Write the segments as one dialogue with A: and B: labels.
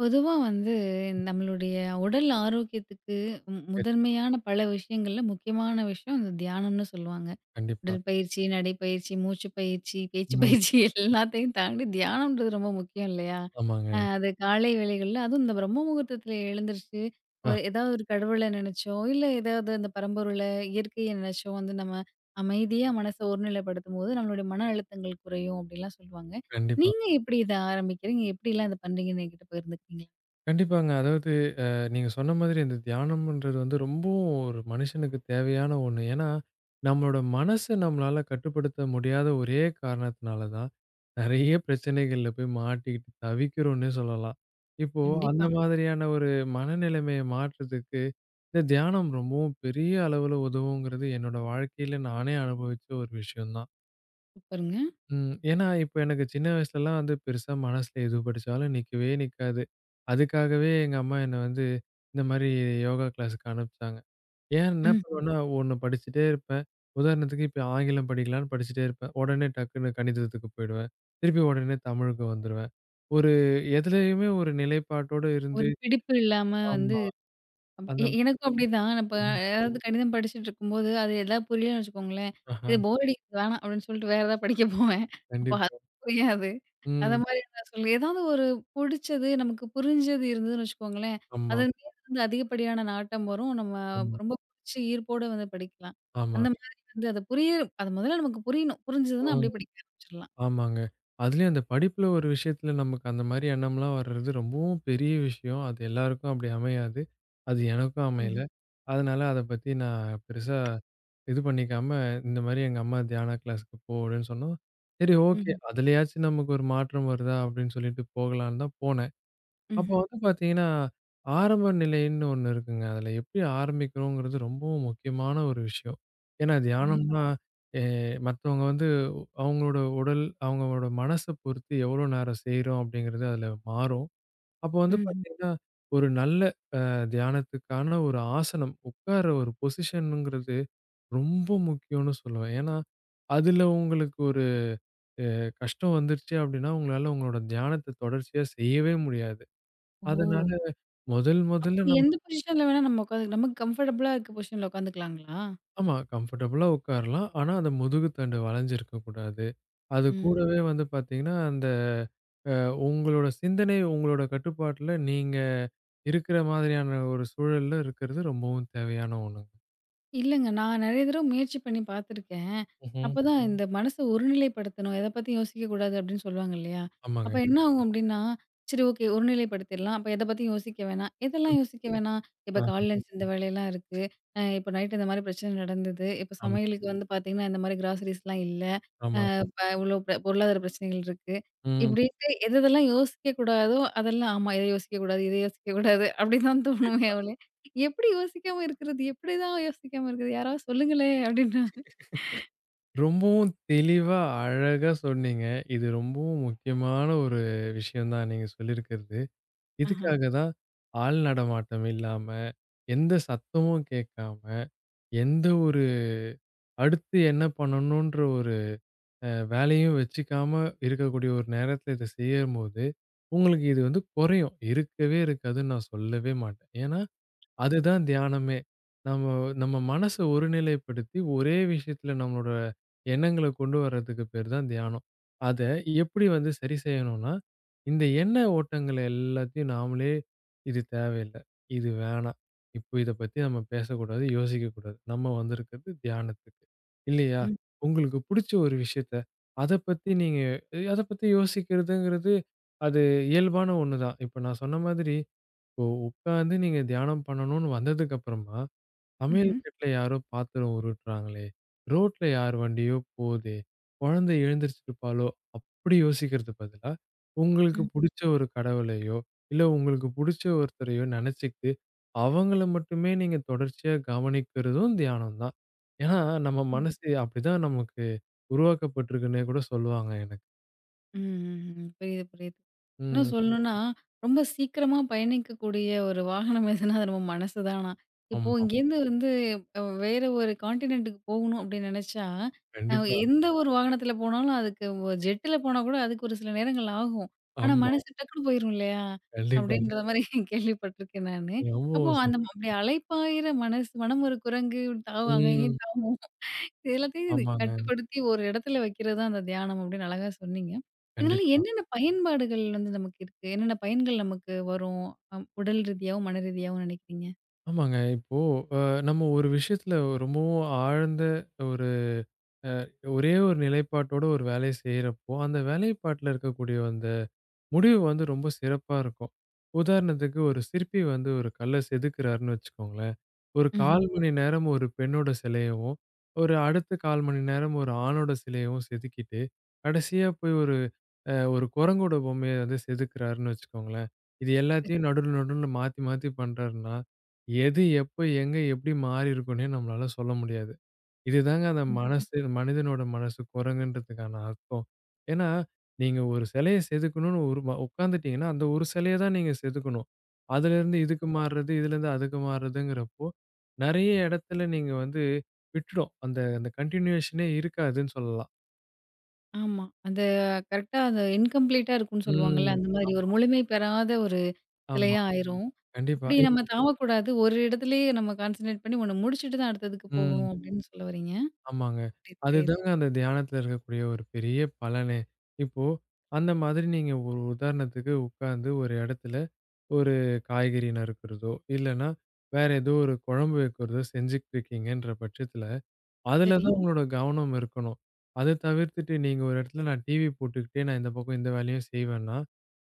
A: பொதுவா வந்து நம்மளுடைய உடல் ஆரோக்கியத்துக்கு
B: சரி.
A: முதன்மையான பல விஷயங்கள்ல முக்கியமான விஷயம் இந்த தியானம்னு சொல்லுவாங்க.
B: கண்டிப்பா.
A: உடற்பயிற்சி நடைப்பயிற்சி மூச்சு பயிற்சி பேச்சு
B: ம்.
A: பயிற்சி எல்லாத்தையும் தாண்டி தியானம்ன்றது ரொம்ப முக்கியம் இல்லையா?
B: ஆமாங்க.
A: அது காலை வேளைகள்ல அதுவும் இந்த பிரம்ம முகூர்த்தத்துல எழுந்திருச்சு
B: ஆ,
A: ஒரு ஏதாவது ஒரு கடவுளை நினைச்சோ இல்ல ஏதாவது அந்த பரம்பொருளை இயற்கையை நினைச்சோ வந்து நம்ம அமைதியா மனசை ஒருநிலைப்படுத்தும் போது நம்மளுடைய மன அழுத்தங்கள் குறையும் அப்படிலாம் சொல்லுவாங்க.
B: கண்டிப்பா.
A: நீங்க எப்படி இதை ஆரம்பிக்கிறீங்க, எப்படி எல்லாம் இதை பண்றீங்கன்னு என்கிட்ட போயிருந்துக்கிறீங்களா?
B: கண்டிப்பாங்க. அதாவது, நீங்க சொன்ன மாதிரி இந்த தியானம்ன்றது வந்து ரொம்பவும் ஒரு மனுஷனுக்கு தேவையான ஒண்ணு. ஏன்னா, நம்மளோட மனச நம்மளால கட்டுப்படுத்த முடியாத ஒரே காரணத்தினால தான், நெறைய பிரச்சனைகள்ல போய் மாட்டிக்கிட்டு தவிக்கிறோம்ன்னே சொல்லலாம். இப்போ அந்த
A: கண்டிப்பா.
B: மாதிரியான ஒரு மனநிலைமைய மாற்றத்துக்கு, இந்த தியானம் ரொம்பவும் பெரிய அளவுல உதவுங்கிறது என்னோட வாழ்க்கையில நானே அனுபவிச்ச ஒரு விஷயம் தான்.
A: சூப்பருங்க.
B: ம். ஏன்னா, இப்ப எனக்கு சின்ன வயசுலலாம் வந்து பெருசா மனசுல எது படிச்சாலும் நிக்கவே நிக்காது. அதுக்காகவே எங்க அம்மா என்ன வந்து இந்த மாரி யோகா கிளாஸ்க்கு அனுப்பிச்சாங்க. ஏன் என்ன
A: ம்.
B: பண்ணுவேன்னா, ஒண்ணு படிச்சுட்டே இருப்பேன். உதாரணத்துக்கு இப்ப ஆங்கிலம் படிக்கலான்னு படிச்சுட்டே இருப்பேன். உடனே டக்குன்னு கணிதத்துக்கு போயிடுவேன். திருப்பி உடனே தமிழுக்கு வந்துருவேன். ஒரு எதுலயுமே ஒரு நிலைப்பாட்டோட இருந்து
A: ஒரு பிடிப்பு இல்லாம வந்து
B: ஆமா.
A: அப்
B: அந்த
A: எ எனக்கும் அப்படிதான். இப்ப
B: ம்.
A: ஏதாவது கணிதம் படிச்சுட்ருக்கும்போது, அது எதாவது புரியலன்னு வச்சுக்கோங்களேன்,
B: ஆஹா.
A: இது போர் அடிக்குது, வேணாம் அப்படின்னு சொல்லிட்டு வேற ஏதாவது படிக்க போவேன். அப்ப அது
B: கண்டிப்பா.
A: புரியாது. அந்த
B: ம்.
A: மாரி நான் சொல்லுவேன். ஏதாவது ஒரு புடிச்சது, நமக்கு புரிஞ்சது இருந்ததுன்னு வச்சுக்கோங்களேன்,
B: ஆமா,
A: அதன் மீது வந்து அதிகப்படியான நாட்டம் வரும். நம்ம
B: ஆமா,
A: ரொம்ப புடிச்சு ஈர்ப்போட வந்து படிக்கலாம். அந்த
B: ஆமாங்க.
A: மாதிரி வந்து அது புரிய அது முதல்ல நமக்கு புரியணும். புரிஞ்சதுன்னா
B: ம்.
A: அப்படியே படிக்க ஆரம்பிச்சுரலாம்.
B: ஆமாங்க. அதுலயும் அந்த படிப்புல ஒரு விஷயத்துல நமக்கு அந்த மாரி எண்ணம்லாம் வர்றது ரொம்பவும் பெரிய விஷயம். அது எல்லாருக்கும் அப்படி அமையாது. அது எனக்கும் அமையல.
A: ம்ஹ்ம்.
B: அதனால அத பத்தி நான் பெருசா இது பண்ணிக்காம, இந்த மாரி எங்க அம்மா தியானா கிளாஸ்க்கு போ அப்படின்னு சொன்னோம். சரி, ஓகே.
A: ம்ஹ்ம்.
B: அதுலயாச்சும் நமக்கு ஒரு மாற்றம் வருதா அப்படின்னு சொல்லிட்டு போகலான்னு தான் போனேன். அப்போ
A: ம்ஹ்ம்.
B: வந்து பார்த்தீங்கன்னா, ஆரம்ப நிலைன்னு ஒண்ணு இருக்குங்க. அதில எப்படி ஆரம்பிக்கிறோங்கிறது ரொம்பவும் முக்கியமான ஒரு விஷயம். ஏன்னா
A: கண்டிப்பா.
B: தியானம்னா, எ மத்தவங்க வந்து அவங்களோட உடல், அவங்களோட மனச பொறுத்து எவ்வளோ நேரம் செய்றோம் அப்படிங்கிறது அதில மாறும். அப்போ வந்து
A: ம்ஹ்ம்.
B: பார்த்தீங்கன்னா, ஒரு நல்ல தியானத்துக்கான ஒரு ஆசனம், உட்கார ஒரு பொசிஷனுங்கிறது ரொம்ப முக்கியம்னு சொல்லுவேன். ஏன்னா, அதில உங்களுக்கு ஒரு அ கஷ்டம் வந்துருச்சு அப்படின்னா, உங்களால உங்களோட தியானத்த தொடர்ச்சியா செய்யவே முடியாது. அதனால
A: ஓ!
B: முதல்
A: அப்ப
B: முதல்ல நம்ம
A: எந்த பொசிஷன்ல வேணா நம்ம உட்காந்து நமக்கு கம்ஃபர்டபுளா இருக்க பொசிஷன்ல உட்காந்துக்கலாங்களா?
B: ஆமா, கம்ஃபர்டபுளா உட்காரலாம். ஆனா, அந்த முதுகு தண்டு வளைஞ்சிருக்க கூடாது. அது
A: ம்.
B: கூடவே வந்து பார்த்தீங்கன்னா, அந்த அ உங்களோட சிந்தனை உங்களோட கட்டுப்பாட்டுல நீங்க இருக்கிற மாதிரியான ஒரு சூழல்ல இருக்கிறது ரொம்பவும் தேவையான ஒண்ணுங்க.
A: இல்லங்க. நான் நெறைய தடவ முயற்சி பண்ணி பார்த்துருக்கேன்.
B: ம்ஹ்ம்.
A: அப்பதான் இந்த மனச ஒருநிலைப்படுத்தணும். எத பத்தியும் யோசிக்கக்கூடாது அப்படின்னு சொல்லுவாங்க இல்லையா? அப்ப
B: ஆமாங்க.
A: என்ன ஆகும் அப்படின்னா, சரி ஓகே, ஒருநிலைப்படுத்திடலாம். அப்ப எத பத்தியும் யோசிக்க வேணாம். எதெல்லாம் யோசிக்க வேணாம்? இப்ப
B: ஆ,
A: காலைல எந்திரிச்சு இந்த வேலையெல்லாம் இருக்கு. அ இப்ப நைட் இந்த மாரி பிரச்சனை நடந்தது. இப்ப
B: ஆமா,
A: சமையலுக்கு ம். வந்து பார்த்தீங்கன்னா, இந்த மாரி கிராசரிஸ்லாம் இல்ல.
B: ஆமா.
A: இப்ப இவ்ளோ பொருளாதார பிரச்சனைகள் இருக்கு.
B: ம்.
A: இப்படின்ட்டு எது எதெல்லாம் யோசிக்க கூடாதோ, அதெல்லாம் ஆமா, இத யோசிக்கக்கூடாது, இத யோசிக்கக்கூடாது அப்படின்னு தான் தோணுமே
B: கண்டிப்பா.
A: ஒழிய, எப்படி யோசிக்காம இருக்கிறது? எப்படிதான் யோசிக்காம இருக்கிறது? யாராவது சொல்லுங்களேன்! அப்படின்னா,
B: ரொம்பவும் தெளிவா, அழகா சொன்னீங்க. இது ரொம்பவும் முக்கியமான ஒரு விஷயம் தான் நீங்க சொல்லியிருக்கிறது.
A: ஆஹா,
B: இதுக்காக தான் ஆள் நடமாட்டம் இல்லாம, எந்த சத்தமும் கேட்காம, எந்த ஒரு அடுத்து என்ன பண்ணணுன்ற ஒரு வேலையும் வச்சுக்காம இருக்கக்கூடிய ஒரு நேரத்தில இத செய்யும்போது, உங்களுக்கு இது வந்து குறையும். இருக்கவே இருக்காதுன்னு நான் சொல்லவே மாட்டேன். ஏன்னா, அதுதான் தியானமே. நம்ம நம்ம மனச ஒருநிலைப்படுத்தி ஒரே விஷயத்துல நம்மளோட எண்ணங்கள கொண்டு வர்றதுக்கு பேர் தான் தியானம். அத எப்படி வந்து சரி செய்யணும்னா, இந்த எண்ண ஓட்டங்கள் எல்லாத்தையும் நாமளே இது தேவையில்ல, இது வேணாம். இப்போ இத பத்தி நம்ம பேசக்கூடாது, யோசிக்கக்கூடாது. நம்ம வந்திருக்கிறது தியானத்துக்கு. இல்லையா?
A: ம்,
B: உங்களுக்கு புடிச்ச ஒரு விஷயத்த, அத பத்தி நீங்க அத பத்தி யோசிக்கிறதுங்கிறது அது இயல்பான ஒண்ணு தான். இப்ப நான் சொன்ன மாதிரி இப்போ உட்காந்து நீங்க தியானம் பண்ணணும்னு வந்ததுக்கப்புறமா, சமையல்
A: ம்ஹ்ம்,
B: கட்டுல யாரோ பாத்திரம் உருட்டுறாங்களே, ரோட்ல யார் வண்டியோ போதே, குழந்தை எழுந்திரிச்சிருப்பாளோ அப்படி யோசிக்கிறதுக்கு பதிலா, உங்களுக்கு புடிச்ச ஒரு கடவுளையோ, இல்ல உங்களுக்கு புடிச்ச ஒருத்தரையோ நெனச்சுக்கிட்டு, அவங்கள மட்டுமே நீங்க தொடர்ச்சியா கவனிக்கிறதும் தியானம் தான். ஏன்னா, நம்ம
A: ம்.
B: மனசு அப்படிதான் நமக்கு உருவாக்கப்பட்டிருக்குன்னே கூட சொல்லுவாங்க எனக்கு.
A: ம்ஹ்ஹ்ம். புரியுது, புரியுது. இன்னும்
B: ம்.
A: சொல்லணும்னா, ரொம்ப சீக்கிரமா பயணிக்கக்கூடிய ஒரு வாகனம் எதுனா, அது நம்ம மனசு தானா? இப்போ
B: ஆமா.
A: இங்கேருந்து வந்து வேற ஒரு கான்டினென்ட்டுக்கு போகணும் அப்படின்னு நெனச்சா, அ ம்.
B: கண்டிப்பா.
A: எந்த ஒரு வாகனத்தில போனாலும் அதுக்கு ஜெட்ல போனா கூட அதுக்கு ஒரு சில நேரங்கள் ஆகும். ஆனா
B: ஆமா.
A: மனசு டக்குன்னு போயிரும் இல்லையா?
B: கண்டிப்பா.
A: அப்படின்ற மாரி கேள்விப்பட்டுருக்கேன் நானு. அப்போ
B: ரொம்பவும் சரி.
A: அந்த ம். அப்படி அலைப்பாயுற மனசு மனம் ஒரு குரங்கு தாவும், அங்க
B: ம்.
A: இங்கேயும் தாவும். இது எல்லாத்தையும் இது
B: ஆமாங்க.
A: கட்டுப்படுத்தி ஒரு இடத்துல வைக்கிறது தான் அந்த தியானம் அப்படின்னு அழகா சொன்னீங்க. இதனால
B: கண்டிப்பா.
A: என்னென்ன பயன்பாடுகள் வந்து நமக்கு இருக்கு? என்னென்ன பயன்கள் நமக்கு வரும்? உடல் ரீதியாவும், மன ரீதியாவும் நினைக்கிறீங்க?
B: ஆமாங்க. இப்போ அ நம்ம ஒரு விஷயத்துல ரொம்பவும் ஆழ்ந்த ஒரு ஒரே ஒரு நிலைப்பாட்டோட ஒரு வேலைய செய்றப்போ, அந்த வேலைப்பாட்டுல இருக்கக்கூடிய அந்த முடிவு வந்து ரொம்ப சிறப்பா இருக்கும். உதாரணத்துக்கு ஒரு சிற்பி வந்து ஒரு கல்ல செதுக்குறாருன்னு வச்சுக்கோங்களேன். ஒரு
A: ம்ஹ்ம்.
B: 1/4 மணி நேரம் ஒரு பெண்ணோட சிலையவும், ஒரு அடுத்த 1/4 மணி நேரம் ஒரு ஆணோட சிலையவும் செதுக்கிட்டு, கடைசியா போய் ஒரு ஒரு குரங்கோட பொம்மைய வந்து செதுக்குறாருன்னு வச்சுக்கோங்களேன். இது எல்லாத்தையும் நடுவுல, நடுவுல மாத்தி, மாத்தி பண்றாருன்னா, எது, எப்ப, எங்க, எப்படி மாறியிருக்குன்னே நம்மளால சொல்ல முடியாது. இதுதாங்க அந்த
A: ம்.
B: மனசு, மனிதனோட மனசு குரங்குன்றதுக்கான அர்த்தம். ஏன்னா, நீங்க ஒரு சிலைய செதுக்கணும்னு ஒரு உட்காந்துட்டீங்கன்னா, அந்த ஒரு சிலைய தான் நீங்க செதுக்கணும். அதுலேருந்து இதுக்கு மாறுறது, இதுலேருந்து அதுக்கு மாறுறதுங்கிறப்போ, நெறைய இடத்துல நீங்க வந்து விட்டுடும். அந்த அந்த கன்டினியூஷனே இருக்காதுன்னு சொல்லலாம்.
A: ஆமா. அந்த கரெக்ட்டா அது இன்கம்ப்ளீட்டா இருக்கும்ன்னு சொல்லுவாங்கல்ல.
B: ம்.
A: அந்த மாதிரி ஒரு முழுமை பெறாத ஒரு
B: ஆமா.
A: சிலையா ஆயிரும்.
B: கண்டிப்பா.
A: அப்படி நம்ம தாவக்கூடாது. ஒரு இடத்துலயே நம்ம கான்சன்ட்ரேட் பண்ணி ஒண்ணு முடிச்சுட்டு தான் அடுத்ததுக்கு
B: ம்.
A: போகணும் அப்படின்னு சொல்ல வரீங்க.
B: ஆமாங்க.
A: சரி.
B: அதுதாங்க அந்த தியானத்துல இருக்கக்கூடிய ஒரு பெரிய பலனே. இப்போ அந்த மாதிரி நீங்க ஒரு உதாரணத்துக்கு உட்கார்ந்து ஒரு இடத்துல ஒரு காய்கறி நறுக்கிறதோ, இல்லன்னா வேற ஏதோ ஒரு குழம்பு வைக்கிறதோ செஞ்சுட்டு இருக்கீங்கன்ற பட்சத்துல, அதுல
A: சரி,
B: தான் உங்களோட கவனம் இருக்கணும். அத தவிர்த்துட்டு நீங்க ஒரு இடத்துல நான் டிவி போட்டுக்கிட்டே நான் இந்த பக்கம் இந்த வேலையும் செய்வேன்னா,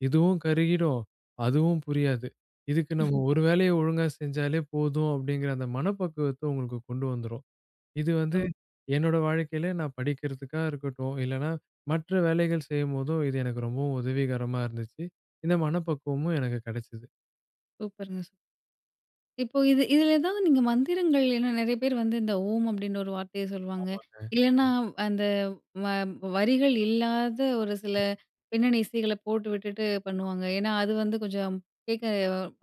B: இதுவும் கருகிடும், அதுவும் புரியாது. இதுக்கு நம்ம ஒரு வேலைய ஒழுங்கா செஞ்சாலே போதும் அப்படிங்கிற அந்த மனப்பக்குவத்த உங்களுக்கு கொண்டு வந்துரும். இது
A: ஓ!
B: வந்து என்னோட வாழ்க்கையில நான் படிக்கிறதுக்கா இருக்கட்டும், இல்லன்னா மற்ற வேலைகள் செய்யும்போதும் இது எனக்கு ரொம்பவும் உதவிகரமா இருந்துச்சு. இந்த மனப்பக்குவமும் எனக்கு கிடைச்சது.
A: சூப்பருங்க. இப்போ இது இதுல ஏதாவது நீங்க மந்திரங்கள், ஏன்னா நெறைய பேர் வந்து இந்த ஓம் அப்டின்ற ஒரு வார்த்தைய சொல்லுவாங்க.
B: ஆமா.
A: இல்லன்னா அந்த வ வரிகள் இல்லாத ஒரு சில பின்னணி இசைகள போட்டு விட்டுட்டு பண்ணுவாங்க. ஏன்னா அது வந்து கொஞ்சம் கேட்க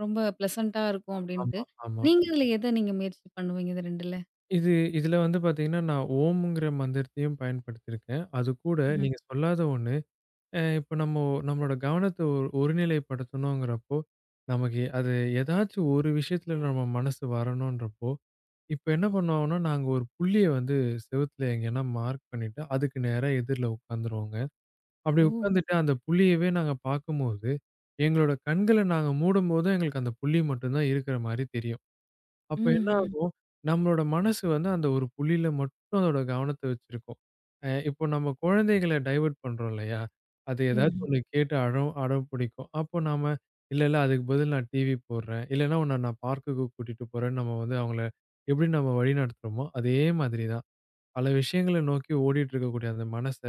A: ரொம்ப ப்ளசன்ட்டா இருக்கும் அப்டின்ட்டு.
B: ஆமா, ஆமா.
A: நீங்க இதுல எத நீங்க முயற்சி பண்ணுவீங்க? இது 2ல?
B: இது இதுல வந்து பார்த்தீங்கன்னா, நான் ஓம்ங்கிற மந்திரத்தையும் பயன்படுத்தியிருக்கேன். அதுக்கூட
A: ம்ஹ்ம்.
B: நீங்க சொல்லாத ஒண்ணு. இப்ப நம்மளோட கவனத்த ஒரு ஒருநிலைப்படுத்தணுங்கிறப்போ, நமக்கு அது ஏதாச்சும் ஒரு விஷயத்துல நம்ம மனசு வரணுன்றப்போ, இப்ப என்ன பண்ணுவோம்னா, நாங்க ஒரு புள்ளிய வந்து செவுத்துல எங்கேன்னா மார்க் பண்ணிட்டு, அதுக்கு நேரா எதிர்ல உட்காந்துருவோங்க. அப்படி
A: ஓ!
B: உட்காந்துட்டு அந்த புள்ளியவே நாங்க பார்க்கும்போது, எங்களோட கண்கள நாங்க மூடும்போதும் எங்களுக்கு அந்த புள்ளி மட்டும் தான் இருக்கிற மாரி தெரியும். அப்ப என்ன
A: ம்ஹ்ம்.
B: ஆகும்? நம்மளோட மனசு வந்து அந்த ஒரு புள்ளியில மட்டும் அதோட கவனத்த வச்சிருக்கும். இப்போ நம்ம குழந்தைகள டைவர்ட் பண்றோம் இல்லையா? அது
A: ம்ஹ்ம்.
B: ஏதாச்சும் ஒண்ணு கேட்டு அடம் அடம் பிடிக்கும். அப்போ நாம இல்ல, இல்ல அதுக்கு பதில் நான் டிவி போடுறேன். இல்லன்னா உன்ன நான் பார்க்குக்கு கூட்டிட்டு போறேன்னு நம்ம வந்து அவங்கள எப்படி நம்ம வழி நடத்துறோமோ, அதே மாதிரி தான். பல விஷயங்கள நோக்கி ஓடிட்டு இருக்கக்கூடிய அந்த மனச,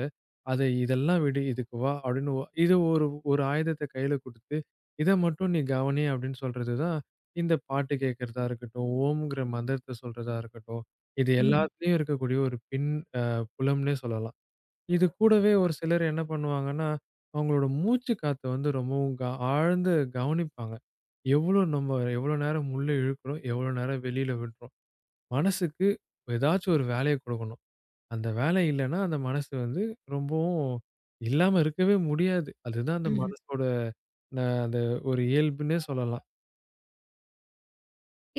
B: அத இதெல்லாம் விடு, இதுக்கு வா அப்படின்னு இது ஒரு ஒரு ஆயுதத்த கையில குடுத்து, இத மட்டும் நீ கவனி அப்படின்னு சொல்றது தான், இந்த பாட்டு கேட்கறதா இருக்கட்டும், ஓம்ங்கிற மந்திரத்த சொல்றதா இருக்கட்டும், இது
A: ம்ஹ்ம்.
B: எல்லாத்துலயும் இருக்கக்கூடிய ஒரு பின் அ புலம்னே சொல்லலாம். இது கூடவே ஒரு சிலர் என்ன பண்ணுவாங்கன்னா, அவங்களோட மூச்சு காத்த வந்து ரொம்பவும் ஆழ்ந்து கவனிப்பாங்க. நம்ம எவ்வளோ நேரம் உள்ள இழுக்கிறோம், எவ்வளோ நேரம் வெளியில விடுறோம். மனசுக்கு ஏதாச்சும் ஒரு வேலைய குடுக்கணும். அந்த வேலை இல்லன்னா, அந்த மனசு வந்து ரொம்பவும் இல்லாம இருக்கவே முடியாது. அதுதான் அந்த
A: ம்ஹ்ம்.
B: மனசோட ந அந்த ஒரு இயல்புன்னே சொல்லலாம்.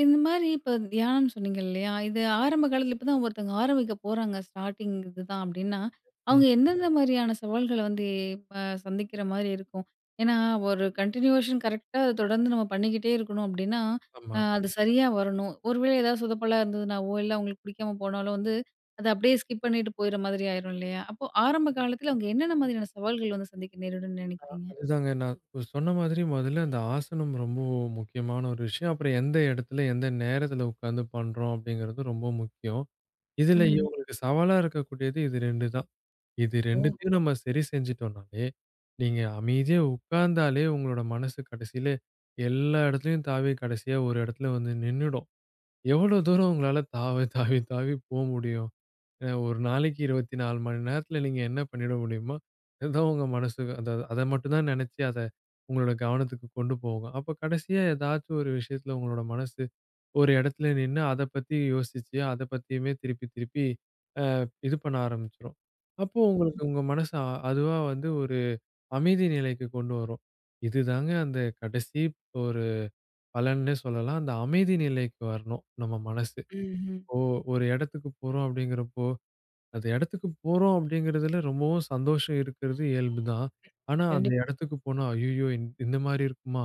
A: இந்த மாரி இப்ப தியானம் சொன்னீங்க இல்லையா? இது ஆரம்ப காலத்துல, இப்ப தான் ஒருத்தவங்க ஆரம்பிக்க போறாங்க, ஸ்டார்ட்டிங் இதுதான் அப்டின்னா,
B: ம்.
A: அவங்க எந்தெந்த மாரியான சவால்கள வந்து சந்திக்கிற மாரி இருக்கும்? ஏன்னா, ஒரு கன்டினியூவேஷன் கரெக்ட்டா அத தொடர்ந்து நம்ம பண்ணிக்கிட்டே இருக்கணும் அப்டின்னா,
B: ஆமா.
A: அது சரியா வரணும். ஒருவேளை ஏதாவது சொதப்பலா இருந்ததுனாவோ, இல்ல அவங்களுக்கு பிடிக்காம போனாலோ வந்து, அத அப்டியே ஸ்கிப் பண்ணிட்டு போயிற மாதிரி ஆயிரும் இல்லையா? அப்போ ஆரம்ப காலத்துல அவங்க என்னென்ன மாதிரியான சவால்கள் வந்து சந்திக்க நேரிடும்னு நினைக்கிறீங்க?
B: அதுதாங்க நான் இப்ப சொன்ன மாதிரி முதல்ல அந்த ஆசனம் ரொம்ப முக்கியமான ஒரு விஷயம். அப்புறம் எந்த இடத்துல, எந்த நேரத்துல உட்கார்ந்து பண்றோம் அப்படிங்கிறது ரொம்ப முக்கியம். இதுல
A: ம்.
B: இவங்களுக்கு சவாலா இருக்கக்கூடியது இது 2 தான். இது
A: ஓ!
B: 2த்தையும் நம்ம சரி செஞ்சுட்டோம்னாலே, நீங்க அமைதியா உட்கார்ந்தாலே உங்களோட மனசு கடைசியில எல்லா இடத்துலயும் தாவி கடைசியா ஒரு இடத்துல வந்து நின்னுடும். எவ்வளோ தூரம் உங்களால தாவி, தாவி, தாவி போ முடியும்? ஏன்னா, ஒரு நாளைக்கு 24 மணி நேரத்துல நீங்க என்ன பண்ணிட முடியுமோ, அதுதான் உங்க மனசுக்கு அத அத மட்டும் தான் நெனச்சு, அத உங்களோட கவனத்துக்கு கொண்டு போகும். அப்ப கடைசியா ஏதாச்சும் ஒரு விஷயத்துல உங்களோட மனசு ஒரு இடத்துல நின்னு, அத பத்தி யோசிச்சு, அத பத்தியுமே திருப்பி, திருப்பி அ இது பண்ண ஆரம்பிச்சுரும். அப்போ உங்களுக்கு உங்க மனசு அதுவா வந்து ஒரு அமைதி நிலைக்கு கொண்டு வரும். இதுதாங்க அந்த கடைசி ஒரு பலன்னே சொல்லலாம். அந்த அமைதி நிலைக்கு வரணும் நம்ம மனசு.
A: ம்ஹ்ம்.
B: ஓ! ஒரு இடத்துக்கு போறோம் அப்படிங்கிறப்போ, அந்த இடத்துக்கு போறோம் அப்படிங்கிறதுல ரொம்பவும் சந்தோஷம் இருக்கிறது இயல்புதான். ஆனா அந்த
A: கண்டிப்பா.
B: இடத்துக்கு போனா, "ஐய்யயோ! இந்த மாரி இருக்குமா?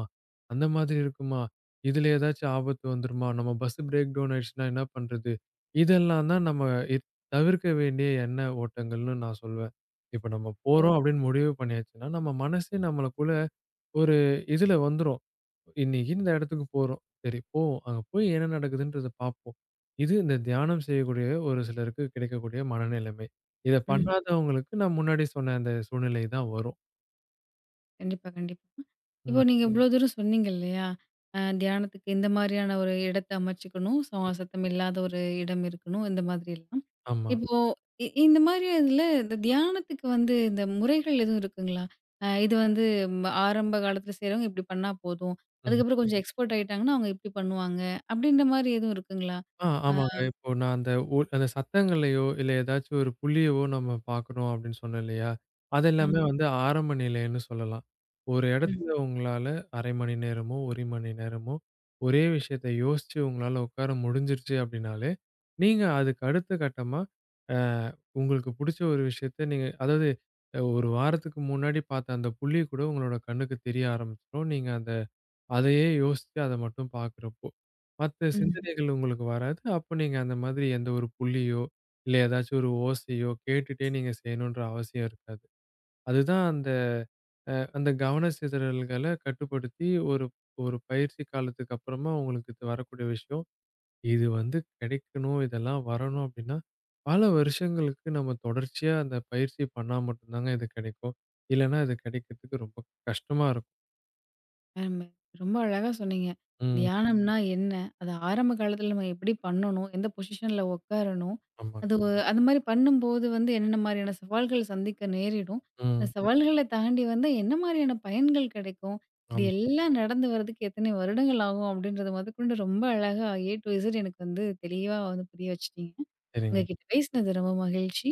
B: அந்த மாதிரி இருக்குமா? இதில ஏதாச்சும் ஆபத்து வந்துருமா? நம்ம பஸ் பிரேக் டவுன் ஆயிடுச்சுன்னா என்ன பண்றது?" இதெல்லாம் தான் நம்ம இத் தவிர்க்க வேண்டிய எண்ண ஓட்டங்கள்னு நான் சொல்வேன். இப்ப நம்ம
A: ம்.
B: போறோம் அப்படின்னு முடிவு பண்ணியாச்சுன்னா, நம்ம மனசே நம்மளுக்குள்ள ஒரு இதில வந்துரும். இன்னைக்கு இந்த இடத்துக்கு போறோம். சரி, போவோம். அங்க போய் என்ன நடக்குதுன்றத பார்ப்போம். இது இந்த தியானம் செய்யக்கூடிய ஒரு சிலருக்கு கிடைக்கக்கூடிய மனநிலைமை. இத
A: கண்டிப்பாக,
B: பண்ணாதவங்களுக்கு நான் முன்னாடி சொன்ன அந்த சூழ்நிலை தான் வரும்.
A: கண்டிப்பா, கண்டிப்பா. இப்போ
B: ம்.
A: நீங்க ம். இவ்ளோ தூரம் சொன்னீங்க இல்லையா? தியானத்துக்கு இந்த மாதிரியான ஒரு இடத்த அமைச்சுக்கணும். சத்தம் இல்லாத ஒரு இடம் இருக்கணும். இந்த மாதிரி எல்லாம்.
B: ஆமா.
A: இப்போ இந்த மாதிரி இதில இந்த தியானத்துக்கு வந்து இந்த முறைகள் எதுவும் இருக்குங்களா? இது வந்து ஆரம்ப காலத்தில செய்றவங்க இப்டி பண்ணா போதும்.
B: ம்.
A: அதுக்கப்புறம் கொஞ்சம் எக்ஸ்பர்ட் ஆயிட்டாங்கன்னா, அவங்க இப்டி பண்ணுவாங்க. அப்டின்ற மாரி எதுவும் இருக்குங்களா?
B: ஆ,
A: அ
B: ஆமாங்க. இப்போ நான் அந்த அந்த சத்தங்களையோ, இல்ல ஏதாச்சும் ஒரு புள்ளியவோ நம்ம பார்க்குறோம் அப்படின்னு சொன்னேன் இல்லையா? அது எல்லாமே
A: ஆமா.
B: வந்து ஆரம்ப நிலைன்னு சொல்லலாம். ஒரு
A: ம்,
B: இடத்துல உங்களால 1/2 மணி நேரமோ, 1 மணி நேரமோ ஒரே விஷயத்த யோசிச்சு உங்களால உட்கார முடிஞ்சிருச்சு அப்படின்னாலே, நீங்க அதுக்கு அடுத்த கட்டமா அ உங்களுக்கு புடிச்ச ஒரு விஷயத்த நீங்க, அதாவது 1 வாரத்துக்கு முன்னாடி பார்த்த அந்த புள்ளி கூட உங்களோட கண்ணுக்கு தெரிய ஆரம்பிச்சுரும். நீங்க அந்த அதையே யோசிச்சு அத மட்டும் பார்க்குறப்போ, மத்த
A: ம்.
B: சிந்தனைகள் உங்களுக்கு வராது. அப்ப நீங்க அந்த மாதிரி எந்த ஒரு புள்ளியோ, இல்ல ஏதாச்சும் ஒரு ஓசையோ கேட்டுட்டே நீங்க செய்யணுன்ற அவசியம் இருக்காது. அதுதான் அந்த அந்த கவன சிதறல்கள கட்டுப்படுத்தி ஒரு ஒரு பயிற்சி காலத்துக்கு அப்புறமா உங்களுக்கு இது வரக்கூடிய விஷயம். இது வந்து கிடைக்கணும், இதெல்லாம் வரணும் அப்டின்னா, பல வருஷங்களுக்கு நம்ம தொடர்ச்சியா அந்த பயிற்சி பண்ணா மட்டும் தாங்க இது கிடைக்கும். இல்லன்னா இது கிடைக்கிறதுக்கு ரொம்ப கஷ்டமா இருக்கும்.
A: ஆமா. ரொம்ப அழகா சொன்னீங்க.
B: ம்.
A: தியானம்னா என்ன? அது ஆரம்ப காலத்துல நம்ம எப்படி பண்ணணும்? எந்த பொசிஷன்ல உட்காரணும்?
B: ஆமாங்க.
A: அது அது மாரி பண்ணும்போது வந்து என்னென்ன மாரியான சவால்கள் சந்திக்க நேரிடும்? அந்த
B: ம்.
A: சவால்கள தாண்டி வந்தா என்ன மாரியான பயன்கள் கிடைக்கும்? இது
B: ஆமா.
A: எல்லாம் நடந்து வரதுக்கு எத்தனை வருடங்கள் ஆகும்? அப்படின்றது முதற்கொண்டு ரொம்ப அழகா A to Z எனக்கு வந்து தெளிவா வந்து புரிய வச்சுட்டீங்க.
B: சரிங்க.
A: உங்ககிட்ட பேசினது ரொம்ப மகிழ்ச்சி.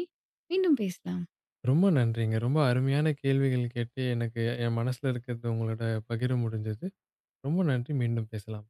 A: மீண்டும் பேசலாம்.
B: ரொம்ப நன்றிங்க. ரொம்ப அருமையான கேள்விகள் கேட்டு எனக்கு என் மனசுல இருக்கிறது உங்களோட பகிர முடிஞ்சது. ரொம்ப நன்றி. மீண்டும் பேசலாம்.